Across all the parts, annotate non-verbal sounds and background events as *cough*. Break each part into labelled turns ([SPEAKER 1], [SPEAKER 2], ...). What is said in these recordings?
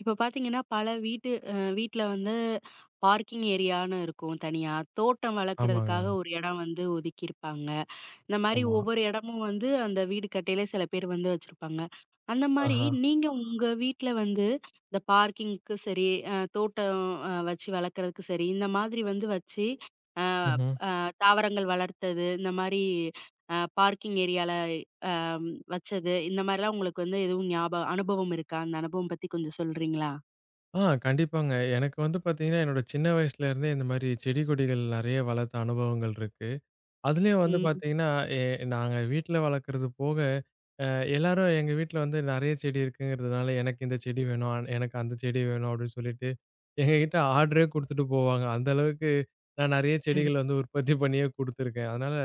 [SPEAKER 1] இப்ப பார்த்தீங்கன்னா, பல வீட்டு வீட்ல வந்து பார்க்கிங் ஏரியான்னு இருக்கும் தனியா. தோட்டம்
[SPEAKER 2] ஆமாங்க.
[SPEAKER 1] வளர்க்கறதுக்காக ஒரு இடம் வந்து ஒதுக்கியிருப்பாங்க. இந்த மாரி
[SPEAKER 2] ஆமா.
[SPEAKER 1] ஒவ்வொரு இடமும் வந்து அந்த வீடு கட்டையில சில பேர் வந்து வச்சிருப்பாங்க. அந்த மாரி
[SPEAKER 2] ஆஹா.
[SPEAKER 1] நீங்க உங்க வீட்ல வந்து இந்த பார்க்கிங்க்கு சரி, தோட்டம் வச்சு வளர்க்கறதுக்கு சரி, இந்த மாதிரி வந்து வச்சு அ
[SPEAKER 2] ம்ஹ்ம்.
[SPEAKER 1] அ தாவரங்கள் வளர்த்தது, இந்த மாரி பார்க்கிங் ஏரியால அம் வச்சது, இந்த மாரிலாம் உங்களுக்கு வந்து எதுவும் ஞாபகம் அனுபவம் இருக்கா? அந்த அனுபவம் பத்தி கொஞ்சம் சொல்றீங்களா?
[SPEAKER 2] ஆ கண்டிப்பாங்க. எனக்கு வந்து பார்த்தீங்கன்னா, என்னோட சின்ன வயசுல இருந்தே இந்த மாரி செடி கொடிகள் நெறைய வளர்த்த அனுபவங்கள் இருக்கு. அதுலயும் வந்து
[SPEAKER 1] ம்.
[SPEAKER 2] பார்த்தீங்கன்னா, எ நாங்க வீட்ல வளர்க்கறது போக, அ எல்லாரும் எங்க வீட்ல வந்து நெறைய செடி இருக்குங்கிறதுனால, எனக்கு இந்த செடி வேணும், எனக்கு அந்த செடி வேணும் அப்படின்னு சொல்லிட்டு எங்ககிட்ட ஆர்டரே குடுத்துட்டு போவாங்க. அந்த அளவுக்கு நான் நெறைய செடிகள் வந்து உற்பத்தி பண்ணியே குடுத்துருக்கேன். அதனால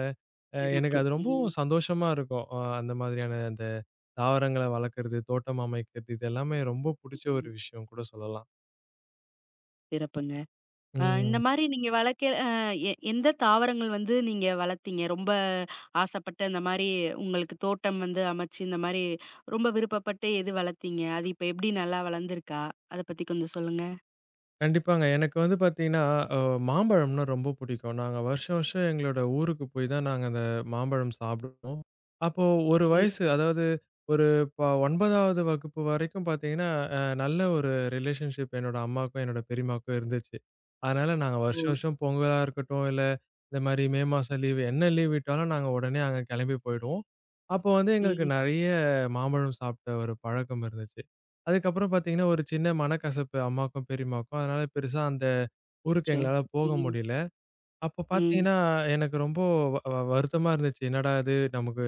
[SPEAKER 2] எனக்கு
[SPEAKER 1] சிறப்பு.
[SPEAKER 2] அது
[SPEAKER 1] ம்.
[SPEAKER 2] ரொம்பவும் சந்தோஷமா இருக்கும். அந்த மாதிரியான அந்த தாவரங்கள வளர்க்கறது, தோட்டம் அமைக்கிறது இது எல்லாமே ரொம்ப புடிச்ச ஒரு
[SPEAKER 1] ம்.
[SPEAKER 2] விஷயம் கூட சொல்லலாம்.
[SPEAKER 1] சிறப்புங்க. இந்த
[SPEAKER 2] ம்.
[SPEAKER 1] மாரி நீங்க வளர்க்க அ எ எந்த தாவரங்கள் வந்து நீங்க வளர்த்தீங்க? ரொம்ப ஆசைப்பட்டு அந்த மாரி உங்களுக்கு தோட்டம் வந்து அமைச்சு, இந்த மாரி ரொம்ப விருப்பப்பட்டு எது வளர்த்தீங்க? அது இப்ப எப்படி நல்லா வளர்ந்துருக்கா? அத பத்தி கொஞ்சம் சொல்லுங்க.
[SPEAKER 2] கண்டிப்பாங்க. எனக்கு வந்து பார்த்தீங்கன்னா, அ மாம்பழம்னா ரொம்ப பிடிக்கும். நாங்க வருஷம் வருஷம் எங்களோட ஊருக்கு போய் தான் நாங்க அந்த மாம்பழம் சாப்பிடுவோம். அப்போ 1
[SPEAKER 1] ம்.
[SPEAKER 2] வயசு அதாவது ஒரு 9வது வகுப்பு வரைக்கும் பார்த்தீங்கன்னா, நல்ல ஒரு ரிலேஷன்ஷிப் என்னோட அம்மாக்கும், என்னோட பெரியம்மாவுக்கும் இருந்துச்சு. அதனால நாங்க
[SPEAKER 1] ஓ!
[SPEAKER 2] வருஷம் வருஷம் பொங்கலா இருக்கட்டும், இல்ல இந்த மாரி மே மாசம் லீவு என்ன லீவ் விட்டாலும் நாங்க உடனே அங்க கிளம்பி போயிடுவோம். அப்போ வந்து எங்களுக்கு
[SPEAKER 1] ம்.
[SPEAKER 2] நெறைய மாம்பழம் சாப்பிட்ட ஒரு பழக்கம் இருந்துச்சு. அதுக்கப்புறம் பார்த்தீங்கன்னா, ஒரு சின்ன மனக்கசப்பு அம்மாக்கும், பெரியம்மாவுக்கும். அதனால பெருசா அந்த ஊருக்கு
[SPEAKER 1] அச்சோ!
[SPEAKER 2] எங்களால போக
[SPEAKER 1] ம்.
[SPEAKER 2] முடியல. அப்ப
[SPEAKER 1] ம்.
[SPEAKER 2] பார்த்தீங்கன்னா, எனக்கு ரொம்ப வ வ வருத்தமா இருந்துச்சு. என்னடா இது நமக்கு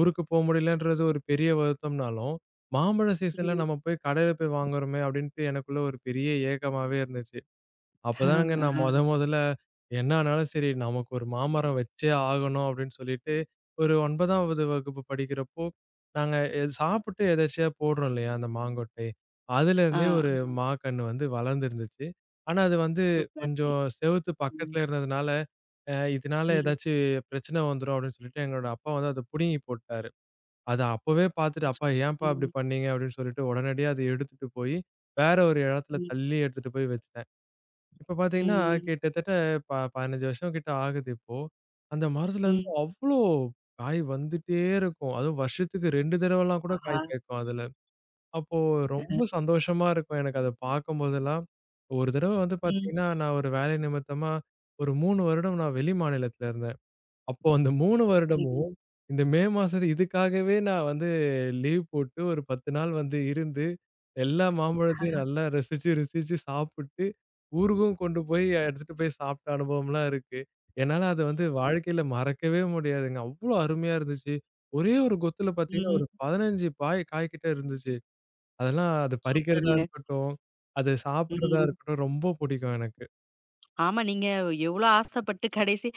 [SPEAKER 2] ஊருக்கு போ முடியலன்றது ஒரு பெரிய வருத்தம்னாலும், மாம்பழ சீசன்ல
[SPEAKER 1] ம்.
[SPEAKER 2] நம்ம போய் கடையில போய் வாங்குறோமே! அப்பிடின்ட்டு எனக்குள்ள ஒரு பெரிய ஏக்கமாவே இருந்துச்சு. அப்பதானங்க நான்
[SPEAKER 1] ஆ.
[SPEAKER 2] மொதல்ல என்ன ஆனாலும் சரி நமக்கு ஒரு மாமரம் வச்சே ஆகணும் அப்படின்னு சொல்லிட்டு, ஒரு 9வது வகுப்பு படிக்கிறப்போ, நாங்க சாப்பிட்டு எதர்ச்சியா போடுறோம் இல்லையா அந்த மாங்கொட்டை.
[SPEAKER 1] ஆ.
[SPEAKER 2] அதுலேருந்தே ஒரு
[SPEAKER 1] ஆமாங்க.
[SPEAKER 2] மாக்கன்னு வந்து வளர்ந்துருந்துச்சு. ஆனா அது வந்து
[SPEAKER 1] சூப்பர்.
[SPEAKER 2] கொஞ்சம் செவுத்து
[SPEAKER 1] ம்.
[SPEAKER 2] பக்கத்துல இருந்ததுனால, இதனால
[SPEAKER 1] ம்.
[SPEAKER 2] ஏதாச்சும் பிரச்சனை வந்துரும் அப்படின்னு சொல்லிட்டு எங்களோட அப்பா வந்து அத புடுங்கி போட்டாரு. அத அப்பவே பார்த்துட்டு,
[SPEAKER 1] அச்சோ!
[SPEAKER 2] "அப்பா ஏன்ப்பா
[SPEAKER 1] ம்.
[SPEAKER 2] அப்படி பண்ணீங்க?" அப்படின்னு சொல்லிட்டு உடனடியா அத எடுத்துட்டு போய் வேற ஒரு இடத்துல
[SPEAKER 1] ம்.
[SPEAKER 2] தள்ளி எடுத்துட்டு போய் வச்சுட்டாங்க. இப்ப பார்த்தீங்கன்னா,
[SPEAKER 1] ம்.
[SPEAKER 2] கிட்டத்தட்ட ப 15 வருஷம் கிட்ட ஆகுது இப்போ. அந்த மரத்துலருந்து
[SPEAKER 1] ம்.
[SPEAKER 2] அவ்ளோ காய் வந்துட்டே இருக்கும். அதுவும் வருஷத்துக்கு 2 தடவலாம் கூட
[SPEAKER 1] ஆஹா!
[SPEAKER 2] காய் காய்க்கும் அதுல. அப்போ
[SPEAKER 1] அஹ.
[SPEAKER 2] ரொம்ப சந்தோஷமா இருக்கும் எனக்கு அத பார்க்கும்போதெல்லாம். ஒரு தடவ வந்து
[SPEAKER 1] ம்.
[SPEAKER 2] பார்த்தீங்கன்னா, நான் ஒரு வேலை நிமித்தமா ஒரு 3 வருடம் நான் வெளி மாநிலத்துல இருந்தேன். அப்போ அந்த 3
[SPEAKER 1] சரிங்க.
[SPEAKER 2] வருடமும், இந்த மே மாசத்து இதுக்காகவே நான் வந்து லீவ் போட்டு ஒரு 10 நாள் வந்து இருந்து, எல்லா மாம்பழத்தையும்
[SPEAKER 1] ஆஹா!
[SPEAKER 2] நல்லா ரசிச்சு, ருசிச்சு சாப்பிட்டு, ஊருக்கும் கொண்டு போய் எடுத்துட்டு போய் சாப்பிட்ட அனுபவம்லாம் இருக்கு. என்னால அத வந்து வாழ்க்கையில மறக்கவே முடியாதுங்க. அவ்ளோ அருமையா இருந்துச்சு. ஒரே ஒரு கொத்துல பார்த்தீங்கன்னா,
[SPEAKER 1] ம்.
[SPEAKER 2] ஒரு 15 பாய் காய் கிட்ட இருந்துச்சு. அதெல்லாம் அது பறிக்கிறதா
[SPEAKER 1] சூப்பருங்க.
[SPEAKER 2] இருக்கட்டும், அது சாப்பிடுறதா
[SPEAKER 1] ம்.
[SPEAKER 2] இருக்கட்டும் ரொம்ப பிடிக்கும் எனக்கு.
[SPEAKER 1] ஆமா. நீங்க எவ்ளோ ஆசைப்பட்டு கடைசி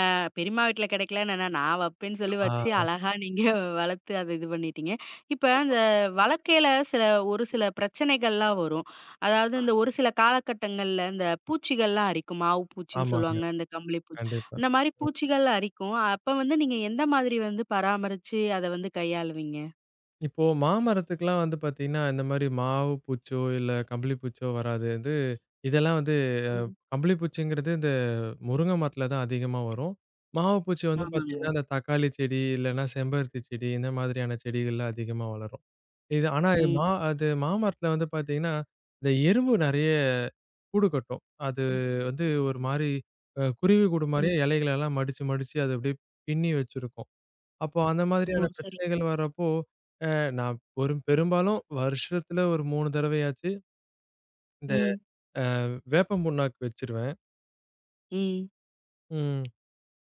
[SPEAKER 1] பெரியம்மா வீட்ல கிடைக்கலன்னு என்ன, நான் வப்பேன்னு சொல்லி வச்சு
[SPEAKER 2] ஆ
[SPEAKER 1] அழகா நீங்க வளர்த்து அத இது பண்ணிட்டீங்க. இப்ப
[SPEAKER 2] ஆமா.
[SPEAKER 1] அந்த வளர்க்கையில ஒரு சில பிரச்சனைகள்லாம் வரும். அதாவது இந்த ஒரு சில காலகட்டங்கள்ல இந்த பூச்சிகள்லாம் அரிக்கும். மாவு பூச்சின்னு
[SPEAKER 2] ஆமாங்க.
[SPEAKER 1] சொல்லுவாங்க, இந்த கம்பளி பூச்சி.
[SPEAKER 2] கண்டிப்பா.
[SPEAKER 1] இந்த மாரி பூச்சிகள் அரிக்கும். அப்ப வந்து நீங்க எந்த மாதிரி வந்து பராமரிச்சு அத வந்து கையாளுவீங்க?
[SPEAKER 2] இப்போ மாமரத்துக்குலாம் வந்து பார்த்தீங்கன்னா, இந்த மாரி மாவு பூச்சோ, இல்ல கம்பளி பூச்சோ வராது. இது இதெல்லாம் வந்து அ
[SPEAKER 1] ம்.
[SPEAKER 2] கம்பளி பூச்சிங்கிறது இந்த முருங்க மரத்துல தான் அதிகமா வரும். மாவு பூச்சி வந்து
[SPEAKER 1] ஆமாங்க.
[SPEAKER 2] பார்த்தீங்கன்னா, இந்த தக்காளி செடி, இல்லன்னா செம்பருத்தி செடி இந்த மாதிரியான செடிகள்ல அதிகமா வளரும். இது ஆனா இது மா
[SPEAKER 1] ம்.
[SPEAKER 2] அது மாமரத்துல வந்து பார்த்தீங்கன்னா, இந்த எறும்பு நெறைய கூடு கட்டும். அது
[SPEAKER 1] ம்.
[SPEAKER 2] வந்து ஒரு மாரி குருவி கூடு
[SPEAKER 1] ம்.
[SPEAKER 2] மாரியே இலைகளெல்லாம் மடிச்சு, மடிச்சு அது அப்படியே பின்னி வச்சிருக்கும். அப்போ அந்த மாதிரியான
[SPEAKER 1] ஓ! சரி.
[SPEAKER 2] பிரச்சனைகள் வரப்போ, அ நான் ஒரு பெரும்பாலும் வருஷத்துல ஒரு 3 தடவையாச்சு இந்த
[SPEAKER 1] ம்.
[SPEAKER 2] வேப்பம் புண்ணாக்கு வச்சுருவேன்.
[SPEAKER 1] ம்.
[SPEAKER 2] ம்.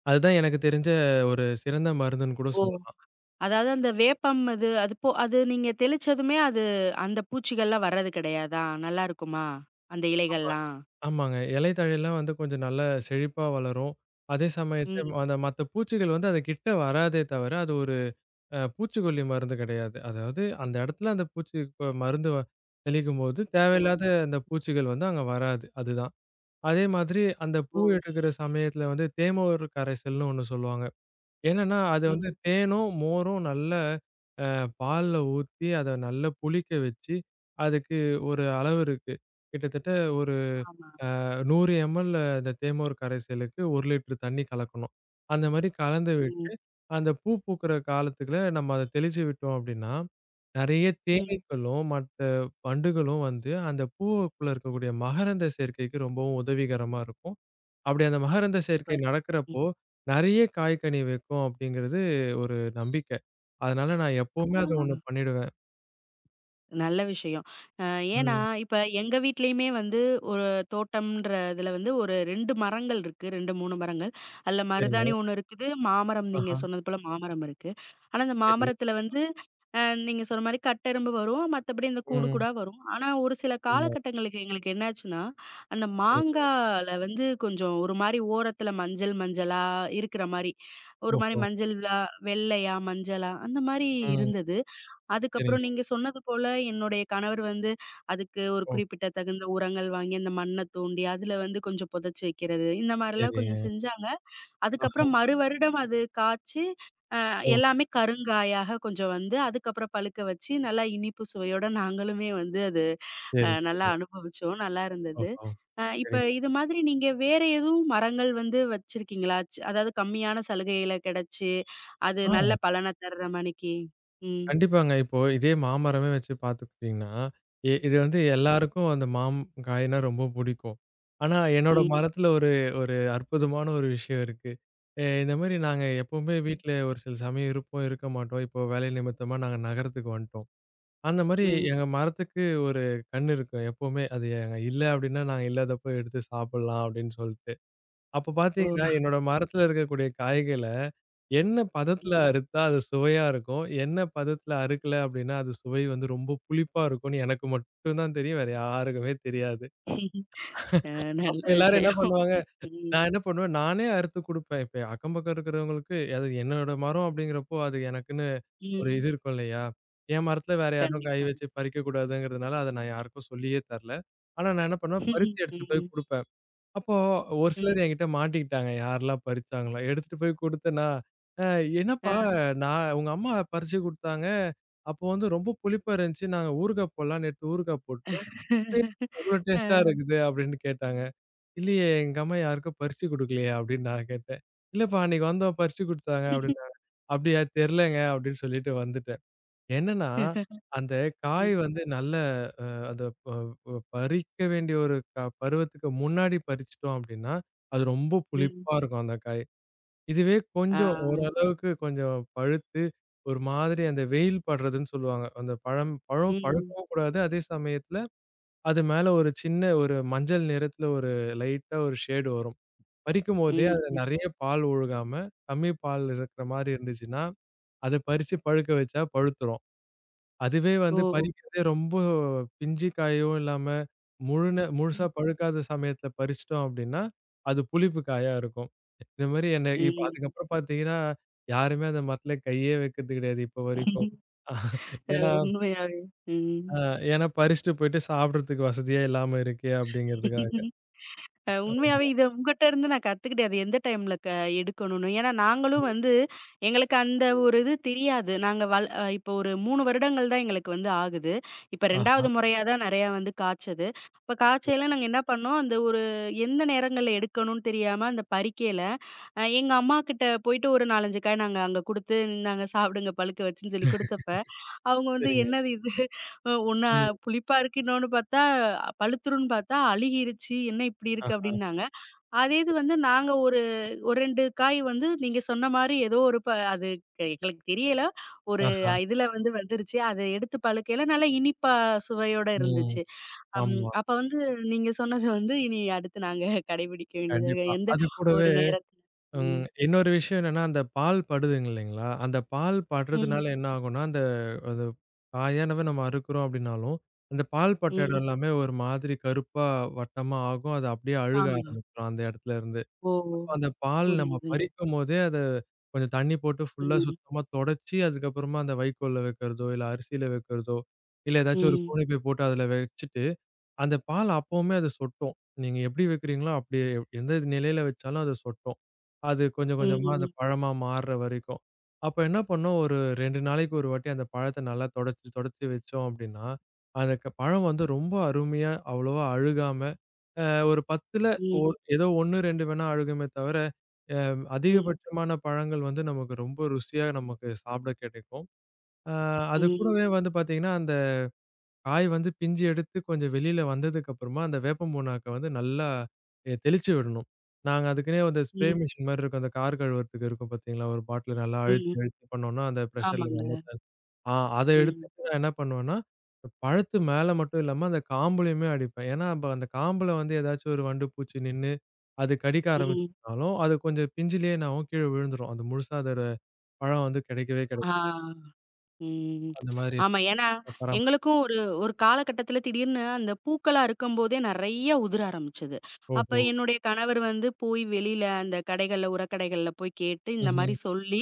[SPEAKER 2] அதுதான் எனக்கு தெரிஞ்ச ஒரு சிறந்த மருந்துன்னு கூட
[SPEAKER 1] ஓ!
[SPEAKER 2] சொல்லலாம்.
[SPEAKER 1] அதாவது அந்த வேப்பம் அது அது போ அது நீங்க தெளிச்சதுமே அது அந்த பூச்சிகள்லாம் வர்றது கிடையாதா? நல்லா இருக்குமா? அந்த
[SPEAKER 2] ஆமா.
[SPEAKER 1] இலைகள்லாம்?
[SPEAKER 2] ஆமாங்க. இலை தழைலாம் வந்து கொஞ்சம் நல்ல செழிப்பா வளரும். அதே சமயத்துல
[SPEAKER 1] ம்.
[SPEAKER 2] அந்த மத்த பூச்சிகள் வந்து அது கிட்ட வராதே தவிர, அது ஒரு பூச்சிக்கொல்லி மருந்து கிடையாது. அதாவது அந்த இடத்துல அந்த பூச்சி இப்ப மருந்து தெளிக்கும்போது
[SPEAKER 1] ஓ!
[SPEAKER 2] தேவையில்லாத அந்த பூச்சிகள் வந்து அங்க வராது. அதுதான். அதே மாதிரி அந்த
[SPEAKER 1] ஓ!
[SPEAKER 2] பூ எடுக்கிற சமயத்துல வந்து தேமோர் கரைசல்னு ஒண்ணு சொல்லுவாங்க. என்னன்னா, அது வந்து
[SPEAKER 1] ம்.
[SPEAKER 2] தேனும், மோரும் நல்ல பால்ல ஊத்தி, அத நல்லா புளிக்க வச்சு, அதுக்கு ஒரு அளவு இருக்கு. கிட்டத்தட்ட ஒரு
[SPEAKER 1] ஆமா.
[SPEAKER 2] 100 எம்எல் அந்த தேமோர் கரைசலுக்கு 1 லிட்டர் தண்ணி கலக்கணும். அந்த மாரி கலந்து
[SPEAKER 1] ம்.
[SPEAKER 2] விட்டு, அந்த பூ பூக்கிற காலத்துக்குள்ள நம்ம அத தெளிச்சு விட்டோம் அப்படின்னா, நெறைய
[SPEAKER 1] ம்.
[SPEAKER 2] தேனீக்களும், மத்த வண்டுகளும் வந்து அந்த பூவுக்குள்ள இருக்கக்கூடிய மகரந்த சேர்க்கைக்கு ரொம்பவும் உதவிகரமா இருக்கும். அப்படி அந்த மகரந்த சேர்க்கை
[SPEAKER 1] சூப்பர். ம்.
[SPEAKER 2] நடக்கிறப்போ, நெறைய காய் கனி வைக்கும் அப்படிங்கிறது ஒரு நம்பிக்கை. அதனால நான்
[SPEAKER 1] ஆ.
[SPEAKER 2] எப்பவுமே அத ஒண்ணு பண்ணிடுவேன்.
[SPEAKER 1] நல்ல விஷயம். அ ஏன்னா,
[SPEAKER 2] ம்.
[SPEAKER 1] இப்ப எங்க வீட்லயுமே வந்து ஒரு தோட்டம்ன்ற இதுல வந்து ஒரு 2 மரங்கள் இருக்கு. 2, 3 மரங்கள். அதுல
[SPEAKER 2] சரிங்க.
[SPEAKER 1] மருதாணி ஒண்ணு இருக்குது. மாமரம் நீங்க
[SPEAKER 2] ஆஹா.
[SPEAKER 1] சொன்னது போல மாமரம் இருக்கு. ஆனா, அந்த
[SPEAKER 2] சரி.
[SPEAKER 1] மாமரத்துல வந்து நீங்க சொன்ன மாரி கட்டெறும்பு வரும். மத்தபடி இந்த கூடு
[SPEAKER 2] ம்.
[SPEAKER 1] கூடா வரும். ஆனா, ஒரு சில
[SPEAKER 2] ஆமா.
[SPEAKER 1] காலகட்டங்களுக்கு எங்களுக்கு என்னாச்சுன்னா, அந்த
[SPEAKER 2] சரிங்க.
[SPEAKER 1] மாங்கால வந்து கொஞ்சம் ஒரு மாரி ஓரத்தில மஞ்சள், மஞ்சளா இருக்கிற மாரி. ஒரு மாரி
[SPEAKER 2] ஓஹோ!
[SPEAKER 1] மஞ்சள் விலா வெள்ளையா, மஞ்சளா அந்த மாரி
[SPEAKER 2] ம்.
[SPEAKER 1] இருந்தது. அதுக்கப்புறம்
[SPEAKER 2] சரிங்க.
[SPEAKER 1] நீங்க சொன்னது போல என்னுடைய கணவர் வந்து அதுக்கு ஒரு
[SPEAKER 2] ஓ!
[SPEAKER 1] குறிப்பிட்ட தகுந்த உரங்கள் வாங்கி, அந்த மண்ண தோண்டி அதில வந்து கொஞ்சம் புதைச்சு வைக்கிறது. இந்த மாரிலாம்
[SPEAKER 2] சரிங்க.
[SPEAKER 1] கொஞ்சம் செஞ்சாங்க.
[SPEAKER 2] ஆஹா.
[SPEAKER 1] அதுக்கப்புறம் மறுவருடம் அது காய்ச்சி அ
[SPEAKER 2] ஓ!
[SPEAKER 1] எல்லாமே கருங்காயாக கொஞ்சம் வந்து, அதுக்கப்புறம் பழுக்க வச்சு, நல்லா இனிப்பு சுவையோட நாங்களுமே வந்து அது
[SPEAKER 2] சரி,
[SPEAKER 1] நல்லா
[SPEAKER 2] சரி.
[SPEAKER 1] அனுபவிச்சோம். நல்லா இருந்தது.
[SPEAKER 2] ஓஹோ!
[SPEAKER 1] இப்ப
[SPEAKER 2] சரிங்க.
[SPEAKER 1] இது மாதிரி நீங்க வேற எதுவும் மரங்கள் வந்து வச்சிருக்கீங்களா? அதாவது கம்மியான சலுகையில கிடைச்சு, அது நல்ல
[SPEAKER 2] ஆ.
[SPEAKER 1] பலன தர்ற மாணிக்கி? ம்.
[SPEAKER 2] கண்டிப்பாங்க. இப்போ இதே மாமரமே வச்சு பார்த்துக்கிட்டீங்கன்னா, இது வந்து
[SPEAKER 1] ம்.
[SPEAKER 2] எல்லாருக்கும் அந்த காய்னா ரொம்ப புடிக்கும். ஆனா என்னோட ம்.
[SPEAKER 1] ம்.
[SPEAKER 2] மரத்துல ஒரு ஒரு அற்புதமான ஒரு விஷயம் இருக்கு. இந்த மாரி நாங்க எப்பவுமே வீட்ல ஒரு சில சமயம் இருப்போம், இருக்க மாட்டோம். இப்போ வேலை நிமித்தமா நாங்க நகரத்துக்கு வந்துட்டோம். அந்த மாரி
[SPEAKER 1] ம்.
[SPEAKER 2] எங்க மரத்துக்கு ஒரு கண்ணு இருக்கும் எப்பவுமே. அது இல்ல அப்டின்னா, நாங்க இல்லாதப்போ எடுத்து சாப்பிடலாம் அப்டின்னு சொல்ட்டு. அப்ப
[SPEAKER 1] ஓ!
[SPEAKER 2] பார்த்தீங்கன்னா, என்னோட மரத்துல இருக்கக்கூடிய காய்கள, என்ன பதத்துல
[SPEAKER 1] ம்.
[SPEAKER 2] அறுத்தா அது சுவையா இருக்கும்? என்ன பதத்துல அறுக்கல அப்டின்னா, அது சுவை வந்து ரொம்ப புளிப்பா இருக்கும்னு எனக்கு மட்டும் தான் தெரியும். வேற யாருக்குமே தெரியாது.
[SPEAKER 1] அ நல்ல
[SPEAKER 2] அப்ப எல்லாரும் என்ன
[SPEAKER 1] விஷயம்.
[SPEAKER 2] பண்ணுவாங்க,
[SPEAKER 1] ம்.
[SPEAKER 2] நான் என்ன பண்ணுவேன், நானே அறுத்து குடுப்பேன். இப்ப அக்கம் பக்கம் இருக்கிறவங்களுக்கு, அது என்னோட மரம் அப்டிங்கிறப்போ, அது எனக்குன்னு ஒரு
[SPEAKER 1] ம்.
[SPEAKER 2] இது இருக்கும் இல்லையா? என் மரத்துல வேற யாரும் கை
[SPEAKER 1] கண்டிப்பா.
[SPEAKER 2] வச்சு பறிக்கக்கூடாதுங்கிறதுனால, அத நான் யாருக்கும் சொல்லியே தரல. ஆனா நான் என்ன பண்ணுவேன், பறிச்சு எடுத்துட்டு போய்
[SPEAKER 1] ம்.
[SPEAKER 2] குடுப்பேன். அப்போ ஒரு
[SPEAKER 1] ம்.
[SPEAKER 2] சிலர் என்கிட்ட மாட்டிக்கிட்டாங்க. யாரெல்லாம் பறிச்சாங்களோ! எடுத்துட்டு போய் குடுத்தேன்னா, "அ
[SPEAKER 1] ஆ.
[SPEAKER 2] என்னப்பா நான் உங்க அம்மா பறிச்சு குடுத்தாங்க. அப்போ வந்து ரொம்ப புளிப்பா இருந்துச்சு. நாங்க ஊறுகாய் போடலான்னு எடுத்து ஊறுகாய் போட்டோம். இப்ப ஏன்
[SPEAKER 1] *laughs*
[SPEAKER 2] அவ்ளோ டேஸ்ட்டா
[SPEAKER 1] அ.
[SPEAKER 2] இருக்குது?" அப்படின்னு கேட்டாங்க. "இல்லையே எங்க அம்மா யாருக்கும் பறிச்சு குடுக்கலையே" அப்படின்னு நான் கேட்டேன். "இல்லப்பா அன்னைக்கு வந்தோம் பறிச்சு குடுத்தாங்க"
[SPEAKER 1] *laughs*
[SPEAKER 2] அப்படின்னாங்க. "அப்படியா தெரிலங்க" அப்படின்னு சொல்லிட்டு வந்துட்டேன். என்னன்னா, அந்த காய்
[SPEAKER 1] ம்.
[SPEAKER 2] வந்து நல்ல அத ப ப பறிக்க வேண்டிய ஒரு பருவத்துக்கு முன்னாடி பறிச்சுட்டோம் அப்படின்னா, அது ரொம்ப
[SPEAKER 1] ம்.
[SPEAKER 2] புளிப்பா இருக்கும் அந்த காய். இதுவே
[SPEAKER 1] ஆ.
[SPEAKER 2] கொஞ்சம் ஓரளவுக்கு கொஞ்சம் பழுத்து, ஒரு மாதிரி அந்த வெயில் படுறதுன்னு சொல்லுவாங்க. அந்த பழம் பழம்
[SPEAKER 1] ம்,
[SPEAKER 2] பழுக்கவும் கூடாது. அதே சமயத்துல அது மேல ஒரு சின்ன ஒரு மஞ்சள் நிறத்துல ஒரு லைட்டா ஒரு ஷேடு வரும். பறிக்கும்போதே
[SPEAKER 1] ம்,
[SPEAKER 2] அதுல
[SPEAKER 1] ம்.
[SPEAKER 2] நெறைய பால் ஒழுகாம, கம்மி பால் இருக்கிற மாரி இருந்துச்சுன்னா, அத பறிச்சு பழுக்க வச்சா பழுத்துரும். அதுவே வந்து
[SPEAKER 1] ஓ!
[SPEAKER 2] பறிக்கிறதே ரொம்ப பிஞ்சு காயும் இல்லாம, முழுசா
[SPEAKER 1] ம்,
[SPEAKER 2] பழுக்காத சமயத்துல பறிச்சுட்டோம் அப்டின்னா, அது புளிப்பு காயா இருக்கும். இந்த மாரி என்ன இப்ப
[SPEAKER 1] ம்.
[SPEAKER 2] அதுக்கப்புறம் பார்த்தீங்கன்னா, யாருமே அந்த மரத்துல கையே வைக்கிறது கிடையாது இப்ப
[SPEAKER 1] அ
[SPEAKER 2] வரைக்கும்.
[SPEAKER 1] *laughs*
[SPEAKER 2] அஹ் ஏன்னா
[SPEAKER 1] உண்மையாவே. ம்.
[SPEAKER 2] அ ஏன்னா பறிச்சுட்டு போயிட்டு சாப்பிடுறதுக்கு வசதியே இல்லாம இருக்கே அப்டிங்கிறதுக்காக.
[SPEAKER 1] உண்மையாவே
[SPEAKER 2] ஆமா.
[SPEAKER 1] இத உங்கட்ட இருந்து நான் கத்துக்கிட்டேன். அது எந்த டைம்ல எடுக்கணும்னு. ஏன்னா நாங்களும்
[SPEAKER 2] ம்.
[SPEAKER 1] வந்து எங்களுக்கு அந்த ஒரு
[SPEAKER 2] சரிங்க.
[SPEAKER 1] இது தெரியாது. நாங்க வள் அ இப்போ ஒரு 3 வருடங்கள் தான் எங்களுக்கு வந்து ஆகுது. இப்ப
[SPEAKER 2] ஆஹா.
[SPEAKER 1] 2வது முறையா தான் நெறையா வந்து காய்ச்சது. அப்ப
[SPEAKER 2] சரிங்க,
[SPEAKER 1] காய்ச்சையில நாங்க என்ன பண்ணோம், அந்த ஒரு எந்த நேரங்கள்ல எடுக்கணும்னு தெரியாம அந்த பறிக்கையில, எங்க அம்மாகிட்ட போயிட்டு ஒரு 4, 5 காய் நாங்க அங்க குடுத்து, "இந்தாங்க சாப்பிடுங்க பழுக்க வச்சுன்னு" சொல்லி குடுத்தப்ப, அவங்க வந்து
[SPEAKER 2] சரிங்க.
[SPEAKER 1] என்னது இது? ஒண்ணு
[SPEAKER 2] ம்.
[SPEAKER 1] புளிப்பா இருக்கு. இன்னொன்னு பார்த்தா பழுத்துரும்ன்னு பார்த்தா அழுகிருச்சு. என்ன இப்படி இருக்கு
[SPEAKER 2] ஆஹா,
[SPEAKER 1] அப்படின்னாங்க. அதே இது வந்து நாங்க ஒரு ஒரு 2 காய் வந்து நீங்க சொன்ன மாரி ஏதோ ஒரு அது எங்களுக்கு தெரியல. ஒரு
[SPEAKER 2] ஆஹா.
[SPEAKER 1] இதுல வந்து வந்துருச்சு. அத எடுத்து பழுக்கையில நல்லா இனிப்பா சுவையோட
[SPEAKER 2] ம்.
[SPEAKER 1] இருந்துச்சு. அம்
[SPEAKER 2] ஆமா.
[SPEAKER 1] அப்ப வந்து நீங்க சொன்னது வந்து இனி அடுத்து நாங்க கடைபிடிக்க வேண்டியது
[SPEAKER 2] கண்டிப்பா.
[SPEAKER 1] எந்த
[SPEAKER 2] அது
[SPEAKER 1] ஒரு
[SPEAKER 2] கூடவே
[SPEAKER 1] நேரத்துல.
[SPEAKER 2] ம்.
[SPEAKER 1] ம்.
[SPEAKER 2] இன்னொரு விஷயம் என்னன்னா, அந்த பால் படுதுங்க இல்லைங்களா? அந்த பால்
[SPEAKER 1] ம்.
[SPEAKER 2] படுறதுனால என்ன ஆகும்னா, அந்த அது காயானவ நம்ம அறுக்குறோம் அப்படின்னாலும், அந்த பால் பட்ட இடம்
[SPEAKER 1] ம்.
[SPEAKER 2] எல்லாமே ஒரு மாதிரி கருப்பா, வட்டமா ஆகும். அது அப்படியே அழுக
[SPEAKER 1] ஆமா.
[SPEAKER 2] ஆரம்பிச்சுரும் அந்த இடத்துல இருந்து.
[SPEAKER 1] ஓ!
[SPEAKER 2] அப்ப அந்த பால் நம்ம
[SPEAKER 1] புரியுதுங்க.
[SPEAKER 2] பறிக்கும்போதே அத கொஞ்சம் தண்ணி போட்டு ஃபுல்லா
[SPEAKER 1] ம்.
[SPEAKER 2] சுத்தமா தொடச்சு, அதுக்கப்புறமா அந்த வைக்கோல்ல வைக்கிறதோ, இல்ல அரிசியில வைக்கிறதோ, இல்ல ஏதாச்சும் ஒரு
[SPEAKER 1] ம்.
[SPEAKER 2] கோணிப்பை போட்டு அதுல வச்சுட்டு அந்த பால் அப்பவுமே அது சொட்டும். நீங்க எப்படி வைக்கிறீங்களோ அப்படியே எந்த நிலையில வச்சாலும் அது சொட்டும். அது கொஞ்சம் கொஞ்சமா அது
[SPEAKER 1] ம்.
[SPEAKER 2] பழமா மாறுற வரைக்கும். அப்ப என்ன பண்ணோம், ஒரு 2 நாளைக்கு ஒரு வாட்டி அந்த பழத்த நல்லா தொடச்சு தொடச்சு வச்சோம் அப்படின்னா, அந்த பழம் வந்து ரொம்ப அருமையா அவ்வளவா அழுகாம, அ ஒரு 10ல
[SPEAKER 1] ம்,
[SPEAKER 2] ஓர் ஏதோ 1, 2 வேணா அழுகுமே தவிர, அ
[SPEAKER 1] ம்,
[SPEAKER 2] அதிகபட்சமான பழங்கள் வந்து நமக்கு ரொம்ப ருசியா நமக்கு சாப்பிட கிடைக்கும். அ அது கூடவே
[SPEAKER 1] ம்,
[SPEAKER 2] வந்து பார்த்தீங்கன்னா, அந்த காய் வந்து பிஞ்சு எடுத்து கொஞ்சம் வெளியில வந்ததுக்கு அப்புறமா, அந்த வேப்பம் புண்ணாக்க வந்து நல்லா தெளிச்சு விடணும். நாங்க அதுக்குன்னே அந்த ஸ்ப்ரே
[SPEAKER 1] ம்,
[SPEAKER 2] மிஷின் மாரி இருக்கும். அந்த கார் கழுவுறதுக்கு இருக்கும் பார்த்தீங்களா? ஒரு பாட்டில நல்லா அழுத்தி,
[SPEAKER 1] ம்.
[SPEAKER 2] அழுத்தி பண்ணோம்னா, அந்த பிரஷர்ல நல்லா
[SPEAKER 1] ஆமாங்க.
[SPEAKER 2] ஆ அத
[SPEAKER 1] ம்,
[SPEAKER 2] எடுத்துட்டு நான் என்ன பண்ணுவேன்னா, பழத்து மேல மட்டும் இல்லாம அந்த காம்புலயுமே அடிப்பேன். ஏன்னா, அப்ப அந்த காம்புல வந்து ஏதாச்சும் ஒரு வண்டு பூச்சி நின்னு, அது கடிக்க
[SPEAKER 1] ம்.
[SPEAKER 2] ஆரம்பிச்சுச்சுனாலும், அது கொஞ்சம் பிஞ்சிலேயே என்னாகும் கீழ விழுந்துரும். அது முழுசா அதோட பழம் வந்து கிடைக்கவே
[SPEAKER 1] ஆ.
[SPEAKER 2] கிடைக்காது.
[SPEAKER 1] ம்.
[SPEAKER 2] அந்த மாதிரி
[SPEAKER 1] ஆமா. ஏன்னா,
[SPEAKER 2] பராமரிப்பு.
[SPEAKER 1] எங்களுக்கும் ஒரு ஒரு காலகட்டத்தில திடீர்னு அந்த பூக்களா இருக்கும்போதே நெறைய உதிர ஆரம்பிச்சது. அப்ப
[SPEAKER 2] ஓஹோ!
[SPEAKER 1] என்னுடைய கணவர் வந்து போய் வெளியில அந்த கடைகள்ல, உரக்கடைகள்ல போய் கேட்டு இந்த
[SPEAKER 2] ம்ஹ்ம்.
[SPEAKER 1] மாரி சொல்லி,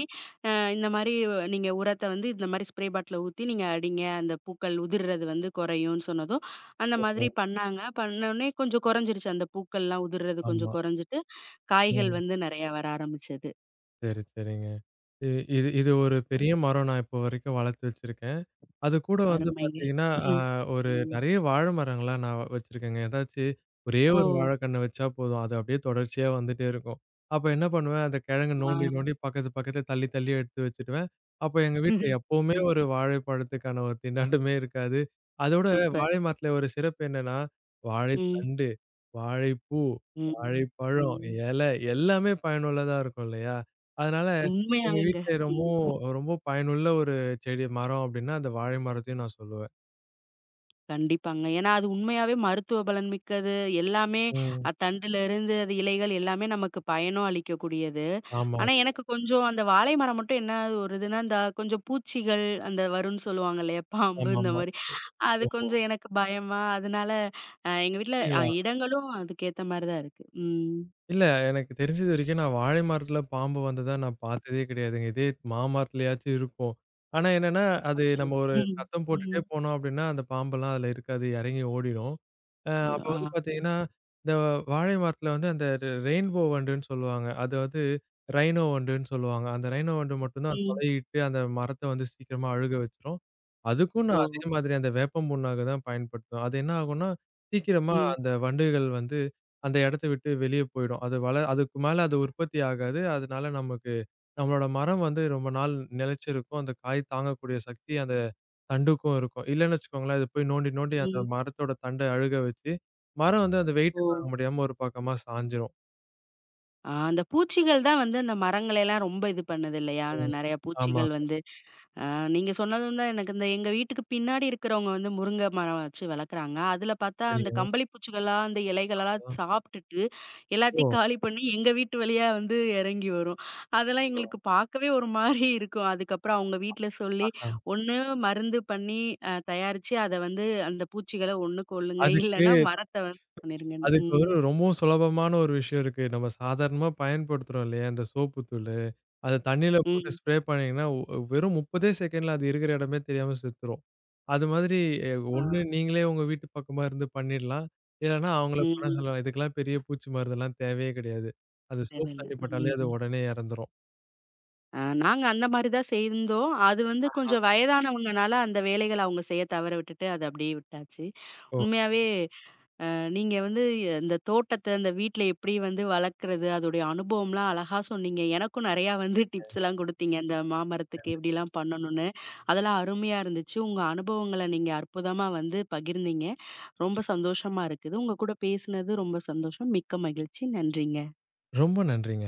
[SPEAKER 1] அ இந்த மாரி நீங்க உரத்த வந்து இந்த மாரி ஸ்ப்ரே பாட்டில்ல ஊத்தி நீங்க அடிங்க. அந்த பூக்கள் உதிர்றது வந்து குறையும்னு சொன்னதும், அந்த
[SPEAKER 2] ஓஹோ!
[SPEAKER 1] மாதிரி பண்ணாங்க. பண்ணோனே கொஞ்சம் குறைஞ்சிருச்சு. அந்த பூக்கள்லாம் உதிர்றது கொஞ்சம்
[SPEAKER 2] ஆமா.
[SPEAKER 1] குறைஞ்சிட்டு, காய்கள்
[SPEAKER 2] ம்.
[SPEAKER 1] வந்து நெறையா வர ஆரம்பிச்சது.
[SPEAKER 2] சரி, சரிங்க. இ இது இது ஒரு பெரிய
[SPEAKER 1] ம்.
[SPEAKER 2] மரம் நான் இப்போ வரைக்கும் வளர்த்து வச்சிருக்கேன். அது கூட வந்து
[SPEAKER 1] அருமைங்க.
[SPEAKER 2] பார்த்தீங்கன்னா,
[SPEAKER 1] ம்.
[SPEAKER 2] ஒரு
[SPEAKER 1] ம்.
[SPEAKER 2] நெறைய வாழ மரங்களா நான் வச்சிருக்கேங்க. ஏதாச்சு ஒரே
[SPEAKER 1] ஓ!
[SPEAKER 2] ஒரு வாழைக்கண்ண வச்சா போதும். அது அப்படியே தொடர்ச்சியா வந்துட்டே இருக்கும். அப்ப என்ன பண்ணுவேன், அந்த கிழங்கு
[SPEAKER 1] ஆ.
[SPEAKER 2] நோண்டி, நோண்டி பக்கத்து பக்கத்துல தள்ளி, தள்ளி எடுத்து வச்சுடுவேன். அப்ப எங்க வீட்ல எப்பவுமே
[SPEAKER 1] ம்.
[SPEAKER 2] ஒரு வாழைப்பழத்துக்கான ஒரு திண்டாட்டமே இருக்காது. அதோட
[SPEAKER 1] சூப்பர்.
[SPEAKER 2] வாழை மரத்துல ஒரு சிறப்பு என்னன்னா,
[SPEAKER 1] ம்.
[SPEAKER 2] வாழைத்தண்டு, வாழைப்பூ,
[SPEAKER 1] ம்.
[SPEAKER 2] வாழைப்பழம்,
[SPEAKER 1] ம்.
[SPEAKER 2] இலை எல்லாமே பயனுள்ளதா இருக்கும் இல்லையா? அதனால எங்க
[SPEAKER 1] உண்மையாவேங்க.
[SPEAKER 2] வீட்ல
[SPEAKER 1] ம்.
[SPEAKER 2] ரொம்பவும் ரொம்ப பயனுள்ள செடி, மரம் அப்டின்னா அந்த வாழை மரத்தையும் நான் சொல்லுவேன்.
[SPEAKER 1] கண்டிப்பாங்க. ஏன்னா, அது உண்மையாவே மருத்துவ பலன் மிக்கது. எல்லாமே
[SPEAKER 2] ம்.
[SPEAKER 1] தண்டுலருந்து அது இலைகள் எல்லாமே நமக்கு பயனும் அளிக்கக்கூடியது.
[SPEAKER 2] ஆமா,
[SPEAKER 1] ஆனா, எனக்கு கொஞ்சம் அந்த வாழை மரம் மட்டும் என்ன ஒரு இதுன்னா, இந்த கொஞ்சம் பூச்சிகள் அந்த வரும்ன்னு சொல்லுவாங்க இல்லையா? பாம்பு இந்த
[SPEAKER 2] ஆமாமா.
[SPEAKER 1] மாரி. அது
[SPEAKER 2] ஓஹோ!
[SPEAKER 1] கொஞ்சம் எனக்கு பயமா, அதனால எங்க வீட்ல
[SPEAKER 2] அப்படிங்களா?
[SPEAKER 1] இடங்களும் அதுக்கேத்த மாரி தான் இருக்கு. ம்.
[SPEAKER 2] இல்ல. எனக்கு தெரிஞ்சது வரைக்கும் நான் வாழை மரத்தில பாம்பு வந்ததா நான் பார்த்ததே கிடையாதுங்க. இதே மாமரத்திலயாச்சும் இருக்கும். ஆனா என்னன்னா, அது
[SPEAKER 1] அச்சோ!
[SPEAKER 2] நம்ம ஒரு
[SPEAKER 1] ம்.
[SPEAKER 2] சத்தம் போட்டுட்டே
[SPEAKER 1] ம்.
[SPEAKER 2] போனோம் அப்டின்னா, அந்த பாம்பெல்லாம் அதில இருக்காது. இறங்கி ஓடிடும். அப்ப
[SPEAKER 1] ஆ.
[SPEAKER 2] வந்து பார்த்தீங்கன்னா, இந்த வாழை மரத்தில வந்து அந்த ரெயின்போ வண்டுன்னு சொல்லுவாங்க. அதாவது ரைனோ வண்டுன்னு சொல்லுவாங்க. அந்த ரைனோ வண்டு மட்டும் தான்
[SPEAKER 1] ம்.
[SPEAKER 2] துளையிட்டு அந்த மரத்த வந்து சீக்கிரமா அழுக வச்சுரும். அதுக்கும்
[SPEAKER 1] ஓ!
[SPEAKER 2] நான் அதே மாதிரி அந்த வேப்பம் புண்ணாக்கு தான் பயன்படுத்துவேன். அது என்ன ஆகும்னா, சீக்கிரமா
[SPEAKER 1] ம்.
[SPEAKER 2] அந்த வண்டுகள் வந்து அந்த இடத்த விட்டு வெளியே போயிடும். அது அதுக்கு மேல அது உற்பத்தி ஆகாது. அதனால நமக்கு நம்மளோட மரம் வந்து ரொம்ப நாள் நிலைச்சிருக்கும். அந்த காய் தாங்கக்கூடிய சக்தி அந்த தண்டுக்கும் இருக்கும். இல்லன்னு வச்சுக்கோங்களேன், அது போய் நோண்டி நோண்டி அந்த
[SPEAKER 1] ம்.
[SPEAKER 2] மரத்தோட தண்ட அழுக வச்சு, மரம் வந்து அந்த வெயிட்
[SPEAKER 1] ஓ!
[SPEAKER 2] தாங்க முடியாம ஒரு பக்கமா சாஞ்சிரும்.
[SPEAKER 1] ஆ அந்த பூச்சிகள் தான் வந்து அந்த மரங்கள எல்லாம் ரொம்ப இது பண்ணுது இல்லையா? அந்த
[SPEAKER 2] ம்.
[SPEAKER 1] நெறைய
[SPEAKER 2] ஆமா.
[SPEAKER 1] பூச்சிகள் வந்து ஆ நீங்க சொன்னதும் தான் எனக்கு இந்த எங்க வீட்டுக்கு பின்னாடி இருக்கிறவங்க வந்து முருங்க மரம் வச்சு வளர்க்குறாங்க. அதில பார்த்தா அந்த
[SPEAKER 2] சரிங்க.
[SPEAKER 1] கம்பளி பூச்சிகளா அந்த இலைகளெல்லாம் சாப்பிட்டுட்டு, எல்லாத்தையும்
[SPEAKER 2] ஓ!
[SPEAKER 1] காலி பண்ணி எங்க வீட்டு வழியா வந்து இறங்கி வரும். அதெல்லாம் எங்களுக்கு பார்க்கவே ஒரு மாரி இருக்கும். அதுக்கப்புறம் அவங்க வீட்ல சொல்லி,
[SPEAKER 2] அ
[SPEAKER 1] ஒண்ணு மருந்து பண்ணி தயாரிச்சு அத வந்து அந்த பூச்சிகள ஒண்ணு கொல்லுங்க.
[SPEAKER 2] அதுக்கு
[SPEAKER 1] இல்லன்னா மரத்த வந்து பண்ணிருங்கன்னு.
[SPEAKER 2] அதுக்கு
[SPEAKER 1] ம்.
[SPEAKER 2] ஒரு ரொம்பவும் சுலபமான ஒரு விஷயம் இருக்கு. நம்ம சாதாரணமா பயன்படுத்துறோம் இல்லையா, இந்த சோப்பு தூளு. அத தண்ணீல போட்டு
[SPEAKER 1] ம்.
[SPEAKER 2] ஸ்ப்ரே பண்ணீங்கன்னா, வெறும் 30 செகண்ட்ல அது இருக்கிற இடமே தெரியாம செத்துரும். அது மாதிரி எ
[SPEAKER 1] ஆ.
[SPEAKER 2] ஒண்ணு நீங்களே உங்க வீட்டு பக்கமா இருந்து பண்ணிடலாம். இல்லன்னா அவங்கள பண்ண
[SPEAKER 1] ம்.
[SPEAKER 2] சொல்லலாம். இதுக்கெல்லாம் பெரிய பூச்சி மருந்தெல்லாம் தேவையே கிடையாது. அது சோப்
[SPEAKER 1] தேவையில்ல.
[SPEAKER 2] தண்ணி பட்டாலே அது
[SPEAKER 1] ம்.
[SPEAKER 2] உடனே இறந்துரும்.
[SPEAKER 1] நாங்க அந்த மாரி தான் செய்தோம். அது வந்து கொஞ்சம் வயதானவங்கனால அந்த வேலைகள அவங்க செய்ய தவற விட்டுட்டு, அத அப்படியே விட்டாச்சு.
[SPEAKER 2] ஓ!
[SPEAKER 1] உண்மையாவே நீங்க வந்து இந்த தோட்டத்த, இந்த வீட்ல எப்படி வந்து வளர்க்கறது, அதோடைய அனுபவம்லாம் அழகா சொன்னீங்க. எனக்கும் நெறையா வந்து டிப்ஸ்லாம் குடுத்தீங்க. இந்த மாமரத்துக்கு
[SPEAKER 2] கண்டிப்பா.
[SPEAKER 1] எப்படிலாம் பண்ணணும்னு. அதெல்லாம் அருமையா இருந்துச்சு. உங்க அனுபவங்கள நீங்க அற்புதமா வந்து பகிர்ந்தீங்க. ரொம்ப சந்தோஷமா இருக்குது. உங்க கூட பேசினது ரொம்ப சந்தோஷம். மிக்க மகிழ்ச்சி. நன்றிங்க.
[SPEAKER 2] ரொம்ப நன்றிங்க.